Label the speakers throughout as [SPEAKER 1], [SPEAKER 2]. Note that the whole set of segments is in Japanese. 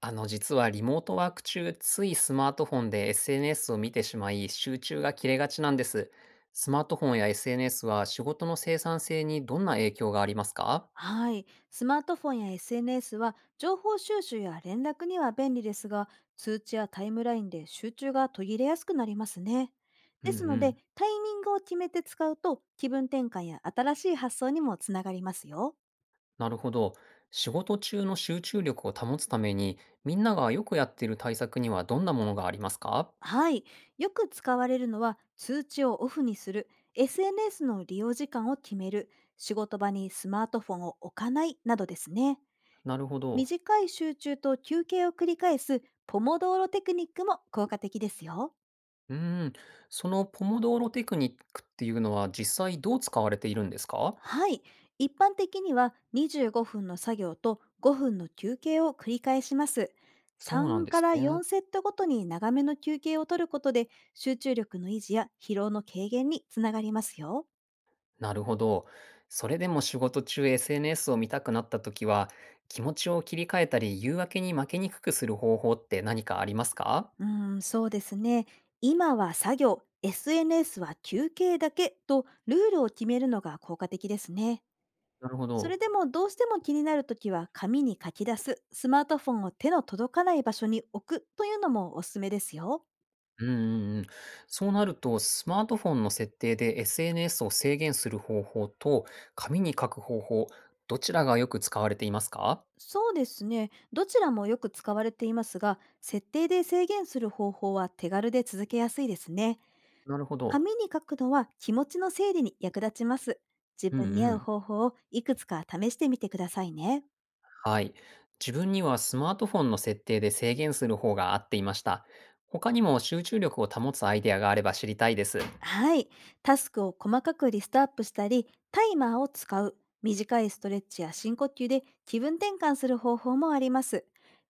[SPEAKER 1] 実はリモートワーク中、ついスマートフォンで SNS を見てしまい、集中が切れがちなんです。スマートフォンや SNS は仕事の生産性にどんな影響がありますか？
[SPEAKER 2] はい。スマートフォンや SNS は情報収集や連絡には便利ですが、通知やタイムラインで集中が途切れやすくなりますね。
[SPEAKER 1] う
[SPEAKER 2] で
[SPEAKER 1] んう
[SPEAKER 2] すので、
[SPEAKER 1] ん。
[SPEAKER 2] タイミングを決めて使うと気分転換や新しい発想にもつながりますよ。
[SPEAKER 1] なるほど。仕事中の集中力を保つために、みんながよくやっている対策にはどんなものがありますか？
[SPEAKER 2] はい。よく使われるのは通知をオフにする、SNS の利用時間を決める、仕事場にスマートフォンを置かないなどですね。
[SPEAKER 1] なるほど。
[SPEAKER 2] 短い集中と休憩を繰り返すポモドーロテクニックも効果的ですよ。
[SPEAKER 1] うーん。そのポモドーロテクニックっていうのは実際どう使われているんですか？
[SPEAKER 2] はい。一般的には25分の作業と5分の休憩を繰り返します。
[SPEAKER 1] そうなん
[SPEAKER 2] 3
[SPEAKER 1] で
[SPEAKER 2] か
[SPEAKER 1] す
[SPEAKER 2] ら
[SPEAKER 1] ね。
[SPEAKER 2] 4セットごとに長めの休憩を取ることで、集中力の維持や疲労の軽減につながりますよ。
[SPEAKER 1] なるほど。それでも仕事中 SNS を見たくなった時は、気持ちを切り替えたり、誘惑に負けにくくする方法って何かありますか？
[SPEAKER 2] そうですね。今は作業、SNS は休憩だけとルールを決めるのが効果的ですね。
[SPEAKER 1] なるほ
[SPEAKER 2] それ
[SPEAKER 1] ど。
[SPEAKER 2] でも、どうしても気になるときは紙に書き出す、スマートフォンを手の届かない場所に置くというのもおすすめですよ。
[SPEAKER 1] うんうんうん。そうなると、スマートフォンの設定で SNS を制限する方法と、紙に書く方法、どちらがよく使われていますか？
[SPEAKER 2] そうですね。どちらもよく使われていますが、設定で制限する方法は手軽で続けやすいですね。
[SPEAKER 1] なるほど。
[SPEAKER 2] 紙に書くのは気持ちの整理に役立ちます。自
[SPEAKER 1] うんう
[SPEAKER 2] 分に合う
[SPEAKER 1] ん。
[SPEAKER 2] 方法をいくつか試してみてくださいね。
[SPEAKER 1] はい。自分にはスマートフォンの設定で制限する方が合っていました。他にも集中力を保つアイデアがあれば知りたいです。
[SPEAKER 2] はい。タスクを細かくリストアップしたり、タイマーを使う、短いストレッチや深呼吸で気分転換する方法もあります。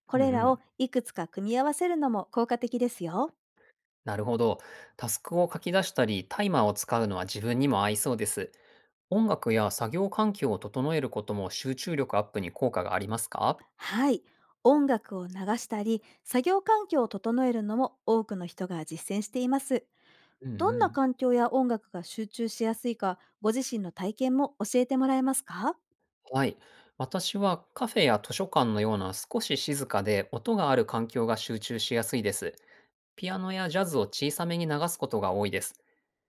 [SPEAKER 2] こ
[SPEAKER 1] うんう
[SPEAKER 2] れらを
[SPEAKER 1] ん。
[SPEAKER 2] いくつか組み合わせるのも効果的ですよ。
[SPEAKER 1] なるほど。タスクを書き出したり、タイマーを使うのは自分にも合いそうです。音楽や作業環境を整えることも集中力アップに効果がありますか？
[SPEAKER 2] はい。音楽を流したり、作業環境を整えるのも多くの人が実践しています。
[SPEAKER 1] うんう
[SPEAKER 2] どんな
[SPEAKER 1] ん。
[SPEAKER 2] 環境や音楽が集中しやすいか、ご自身の体験も教えてもらえますか？
[SPEAKER 1] はい。私はカフェや図書館のような少し静かで音がある環境が集中しやすいです。ピアノやジャズを小さめに流すことが多いです。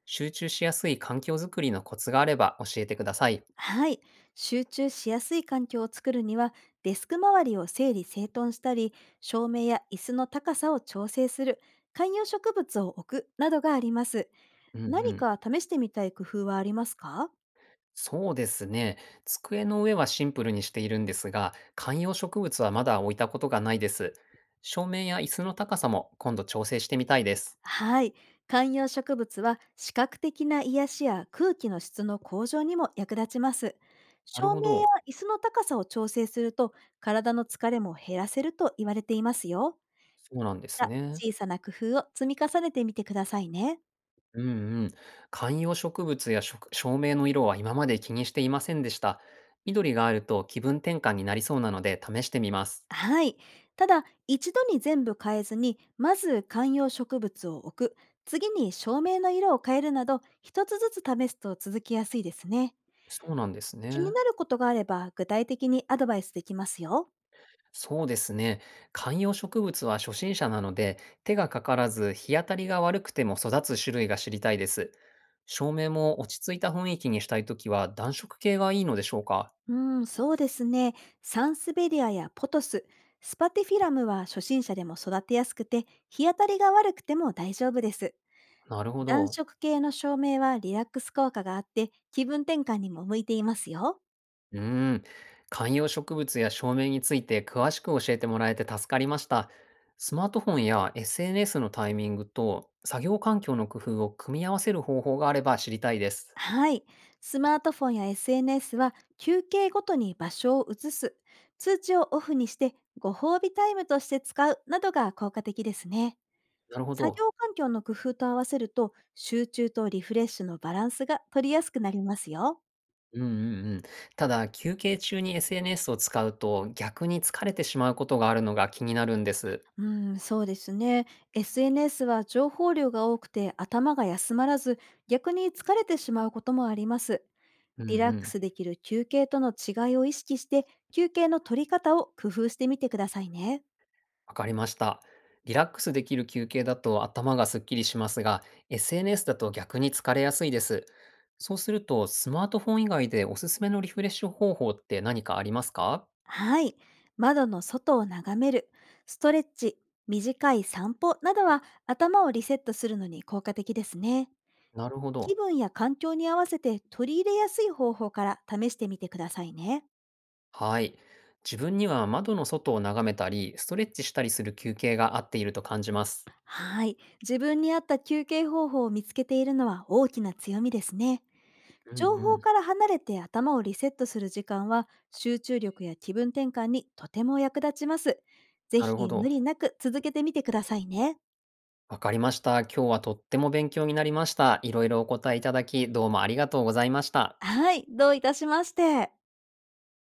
[SPEAKER 1] 集中しやすい環境づくりのコツがあれば教えてください。
[SPEAKER 2] はい。集中しやすい環境を作るには、デスク周りを整理整頓したり、照明や椅子の高さを調整する、観葉植物を置くなどがあります。
[SPEAKER 1] うんう
[SPEAKER 2] 何
[SPEAKER 1] ん。
[SPEAKER 2] か試してみたい工夫はありますか？
[SPEAKER 1] そうですね。机の上はシンプルにしているんですが、観葉植物はまだ置いたことがないです。照明や椅子の高さも今度調整してみたいです。
[SPEAKER 2] はい。観葉植物は視覚的な癒しや空気の質の向上にも役立ちます。
[SPEAKER 1] なる
[SPEAKER 2] 照明
[SPEAKER 1] ほ
[SPEAKER 2] や
[SPEAKER 1] ど。
[SPEAKER 2] 椅子の高さを調整すると、体の疲れも減らせると言われていますよ。
[SPEAKER 1] そうなんで
[SPEAKER 2] ま
[SPEAKER 1] す
[SPEAKER 2] た、
[SPEAKER 1] ね。
[SPEAKER 2] 小さな工夫を積み重ねてみてくださいね。
[SPEAKER 1] うんうん。観葉植物や食照明の色は今まで気にしていませんでした。緑があると気分転換になりそうなので試してみます。
[SPEAKER 2] はい。ただ、一度に全部変えずに、まず観葉植物を置く、次に照明の色を変えるなど、一つずつ試すと続きやすいですね。
[SPEAKER 1] そうなんです
[SPEAKER 2] 気に
[SPEAKER 1] ね。
[SPEAKER 2] なることがあれば、具体的にアドバイスできますよ。
[SPEAKER 1] そうですね。観葉植物は初心者なので、手がかからず日当たりが悪くても育つ種類が知りたいです。照明も落ち着いた雰囲気にしたいときは暖色系がいいのでしょうか？
[SPEAKER 2] うん、そうですね。サンスベリアやポトス、スパティフィラムは初心者でも育てやすくて、日当たりが悪くても大丈夫です。
[SPEAKER 1] なるほ
[SPEAKER 2] 暖
[SPEAKER 1] ど。
[SPEAKER 2] 色系の照明はリラックス効果があって、気分転換にも向いていますよ。
[SPEAKER 1] うーん。観葉植物や照明について詳しく教えてもらえて助かりました。スマートフォンや SNS のタイミングと作業環境の工夫を組み合わせる方法があれば知りたいです。
[SPEAKER 2] はい。スマートフォンや SNS は休憩ごとに場所を移す、通知をオフにしてご褒美タイムとして使うなどが効果的ですね。
[SPEAKER 1] なるほ
[SPEAKER 2] 作
[SPEAKER 1] ど。
[SPEAKER 2] 業環境の工夫と合わせると、集中とリフレッシュのバランスが取りやすくなりますよ。
[SPEAKER 1] うんうんうん。ただ、休憩中に SNS を使うと、逆に疲れてしまうことがあるのが気になるんです。
[SPEAKER 2] うん、そうですね。SNS は情報量が多くて頭が休まらず、逆に疲れてしまうこともあります。
[SPEAKER 1] うんう
[SPEAKER 2] リラック
[SPEAKER 1] ん。
[SPEAKER 2] スできる休憩との違いを意識して、休憩の取り方を工夫してみてくださいね。
[SPEAKER 1] わかりました。リラックスできる休憩だと頭がすっきりしますが、SNS だと逆に疲れやすいです。そうすると、スマートフォン以外でおすすめのリフレッシュ方法って何かありますか？
[SPEAKER 2] はい。窓の外を眺める、ストレッチ、短い散歩などは頭をリセットするのに効果的ですね。
[SPEAKER 1] なるほ
[SPEAKER 2] 気
[SPEAKER 1] ど。
[SPEAKER 2] 分や環境に合わせて取り入れやすい方法から試してみてくださいね。
[SPEAKER 1] はい。自分には窓の外を眺めたり、ストレッチしたりする休憩が合っていると感じます。
[SPEAKER 2] はい。自分に合った休憩方法を見つけているのは大きな強みですね。
[SPEAKER 1] うんう
[SPEAKER 2] 情報
[SPEAKER 1] ん。
[SPEAKER 2] から離れて頭をリセットする時間は集中力や気分転換にとても役立ちます。ぜ
[SPEAKER 1] なるほ
[SPEAKER 2] ひ無
[SPEAKER 1] ど。
[SPEAKER 2] 理なく続けてみてくださいね。
[SPEAKER 1] わかりました。今日はとっても勉強になりました。いろいろお答えいただき、どうもありがとうございました。
[SPEAKER 2] はい、どういたしまして。